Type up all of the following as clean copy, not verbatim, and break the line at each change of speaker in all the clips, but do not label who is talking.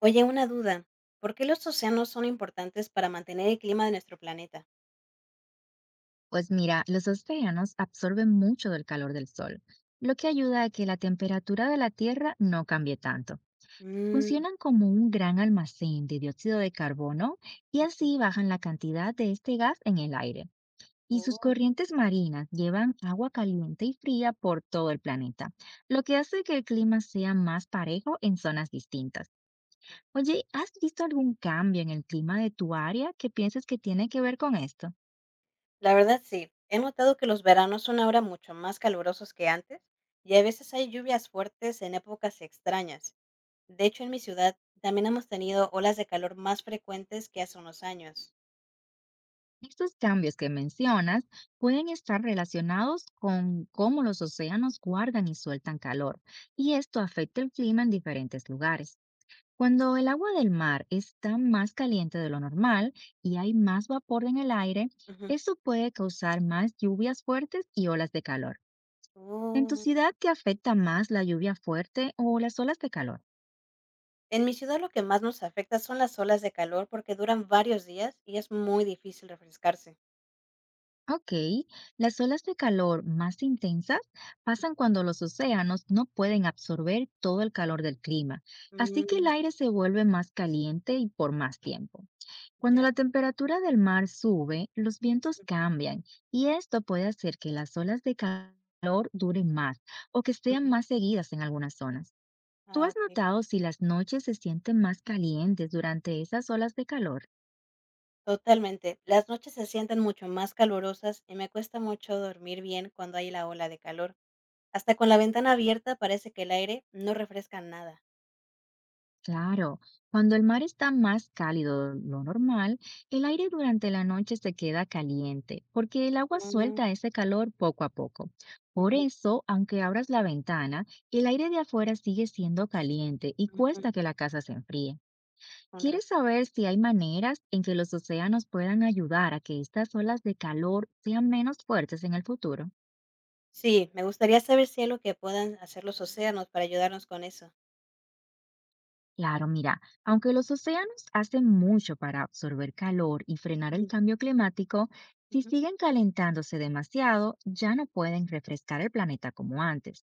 Oye, una duda. ¿Por qué los océanos son importantes para mantener el clima de nuestro planeta?
Pues mira, los océanos absorben mucho del calor del sol, lo que ayuda a que la temperatura de la Tierra no cambie tanto.
Mm,
Funcionan como un gran almacén de dióxido de carbono y
ujú.
así bajan la cantidad de este gas en el aire. Y sus
Oh,
corrientes marinas llevan agua caliente y fría por todo el planeta, lo que hace que el clima sea más parejo en zonas distintas. Oye, ¿has visto algún cambio en el clima de tu área que pienses que tiene que ver con esto?
la verdad sí. He notado que los veranos son ahora mucho más calurosos que antes y a veces hay lluvias fuertes en épocas extrañas. De hecho, en mi ciudad también hemos tenido olas de calor más frecuentes que hace unos años.
Estos cambios que mencionas pueden estar relacionados con cómo los océanos guardan y sueltan calor, y esto afecta el clima en diferentes lugares. Cuando el agua del mar está más caliente de lo normal y hay más vapor en el aire,
Ujú.
eso puede causar más lluvias fuertes y olas de calor. ¿En tu
Oh.
ciudad te afecta más la lluvia fuerte o las olas de calor?
En mi ciudad lo que más nos afecta son las olas de calor porque duran varios días y es muy difícil refrescarse.
Ok, las olas de calor más intensas pasan cuando los océanos no pueden absorber todo el calor del clima, así que el
Mm,
aire se vuelve más caliente y por más tiempo. Cuando
ya.
la temperatura del mar sube, los vientos cambian y esto puede hacer que las olas de calor duren más o que sean
Ujú.
más seguidas en algunas zonas. ¿Tú
Ah,
has
ok.
notado si las noches se sienten más calientes durante esas olas de calor?
Totalmente. Las noches se sienten mucho más calurosas y me cuesta mucho dormir bien cuando hay la ola de calor. Hasta con la ventana abierta parece que el aire no refresca nada.
Claro, cuando el mar está más cálido de lo normal, el aire durante la noche se queda caliente, porque el agua
Mm,
suelta ese calor poco a poco. Por
ujú,
eso, aunque abras la ventana, el aire de afuera sigue siendo caliente y cuesta que
ujú,
la casa se enfríe.
con
¿Quieres
razón.
saber si hay maneras en que los océanos puedan ayudar a que estas olas de calor sean menos fuertes en el futuro?
Sí, me gustaría saber si hay algo que puedan hacer los océanos para ayudarnos con eso.
Claro, mira, aunque los océanos hacen mucho para absorber calor y frenar el
Ujú,
cambio climático, si
ujú,
siguen calentándose demasiado, ya no pueden refrescar el planeta como antes.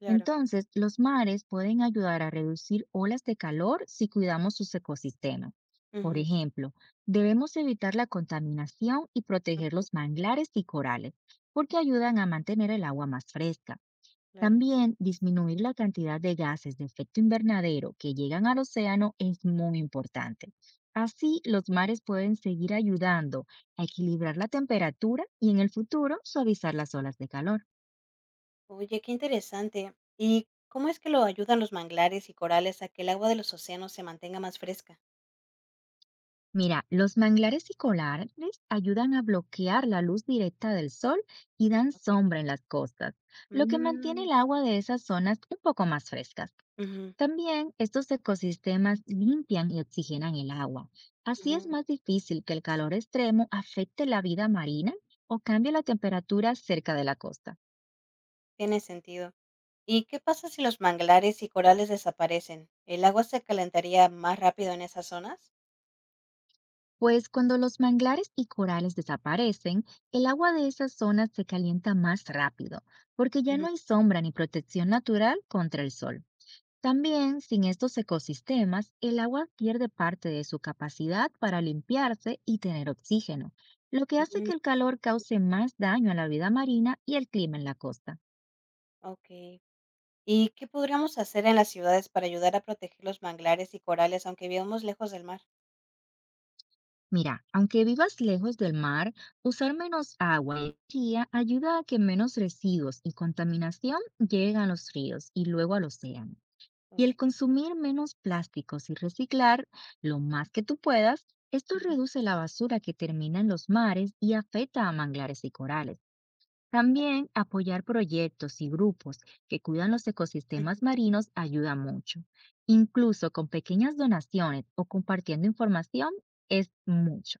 claro,
Entonces, los mares pueden ayudar a reducir olas de calor si cuidamos sus ecosistemas. Por
ujú,
ejemplo, debemos evitar la contaminación y proteger los manglares y corales, porque ayudan a mantener el agua más fresca.
claro.
También disminuir la cantidad de gases de efecto invernadero que llegan al océano es muy importante. Así, los mares pueden seguir ayudando a equilibrar la temperatura y en el futuro suavizar las olas de calor.
Oye, qué interesante. ¿Y cómo es que lo ayudan los manglares y corales a que el agua de los océanos se mantenga más fresca?
Mira, los manglares y colares ayudan a bloquear la luz directa del sol y dan
Ok.
sombra en las costas, lo que mantiene
Mm,
el agua de esas zonas un poco más frescas.
ujú,
También estos ecosistemas limpian y oxigenan el agua. Así es
ujú,
más difícil que el calor extremo afecte la vida marina o cambie la temperatura cerca de la costa.
tiene sentido. ¿Y qué pasa si los manglares y corales desaparecen? ¿El agua se calentaría más rápido en esas zonas?
Pues cuando los manglares y corales desaparecen, el agua de esas zonas se calienta más rápido, porque ya no
Ujú.
hay sombra ni protección natural contra el sol. También, sin estos ecosistemas, el agua pierde parte de su capacidad para limpiarse y tener oxígeno, lo que hace
Mm,
que el calor cause más daño a la vida marina y el clima en la costa.
ok. ¿Y qué podríamos hacer en las ciudades para ayudar a proteger los manglares y corales, aunque vivamos lejos del mar?
Mira, aunque vivas lejos del mar, usar menos agua y energía ayuda a que menos residuos y contaminación lleguen a los ríos y luego al océano. Y
Ok.
el consumir menos plásticos y reciclar lo más que tú puedas, esto
Ujú,
reduce la basura que termina en los mares y afecta a manglares y corales. También apoyar proyectos y grupos que cuidan los
ujú,
ecosistemas marinos ayuda mucho.
ok.
Incluso con pequeñas donaciones o compartiendo información es mucho.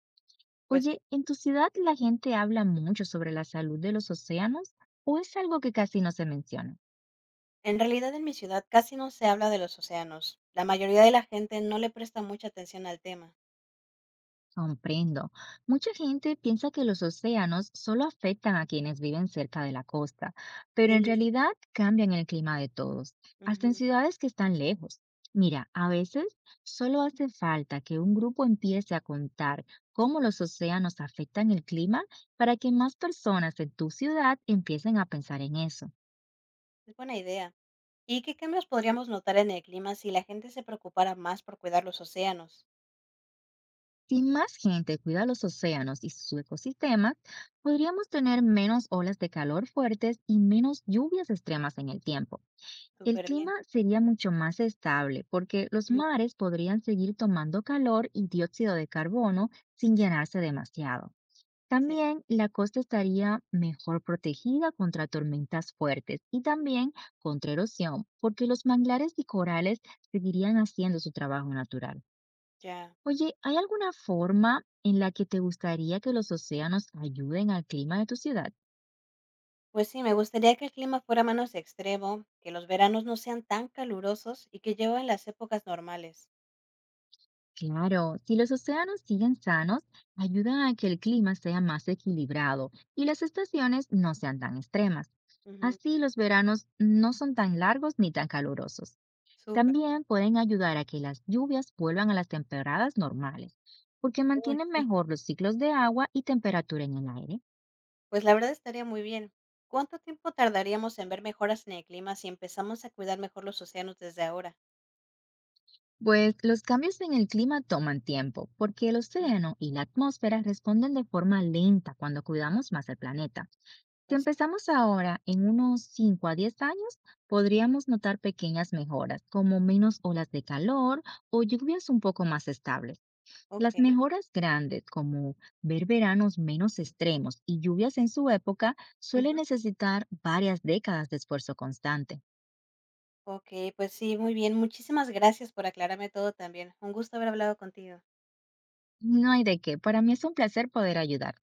Pues sí.
Oye, ¿en tu ciudad la gente habla mucho sobre la salud de los océanos o es algo que casi no se menciona?
En realidad en mi ciudad casi no se habla de los océanos. La mayoría de la gente no le presta mucha atención al tema.
Comprendo. Mucha gente piensa que los océanos solo afectan a quienes viven cerca de la costa, pero en
Sí,
realidad cambian el clima de todos, hasta
ujú,
en ciudades que están lejos. Mira, a veces solo hace falta que un grupo empiece a contar cómo los océanos afectan el clima para que más personas en tu ciudad empiecen a pensar en eso.
es buena idea. ¿Y qué cambios podríamos notar en el clima si la gente se preocupara más por cuidar los océanos?
Si más gente cuida los océanos y sus ecosistemas, podríamos tener menos olas de calor fuertes y menos lluvias extremas en el tiempo. El
Súper
clima
bien.
sería mucho más estable porque los mares podrían seguir tomando calor y dióxido de carbono sin llenarse demasiado.
Sí,
También la costa estaría mejor protegida contra tormentas fuertes y también contra erosión, porque los manglares y corales seguirían haciendo su trabajo natural.
ya.
Oye, ¿hay alguna forma en la que te gustaría que los océanos ayuden al clima de tu ciudad?
Pues sí, me gustaría que el clima fuera menos extremo, que los veranos no sean tan calurosos y que llueva en las épocas normales.
Claro, si los océanos siguen sanos, ayudan a que el clima sea más equilibrado y las estaciones no sean tan extremas.
Ujú,
Así los veranos no son tan largos ni tan calurosos.
súper.
También pueden ayudar a que las lluvias vuelvan a las temporadas normales, porque
Uy,
mantienen
sí.
mejor los ciclos de agua y temperatura en el aire.
Pues la verdad estaría muy bien. ¿Cuánto tiempo tardaríamos en ver mejoras en el clima si empezamos a cuidar mejor los océanos desde ahora?
Pues los cambios en el clima toman tiempo, porque el
Ujú,
océano y la atmósfera responden de forma lenta cuando cuidamos más el planeta. Si
pues sí.
empezamos ahora, en unos 5 a 10 años, podríamos notar pequeñas mejoras, como menos olas de calor o lluvias un poco más estables.
Ok.
Las mejoras grandes, como ver veranos menos extremos y lluvias en su época, suelen
Ujú.
necesitar varias décadas de esfuerzo constante.
Ok, pues sí, muy bien. Muchísimas gracias por aclararme todo también. Un gusto haber hablado contigo.
No hay de qué, para mí es un placer poder ayudar.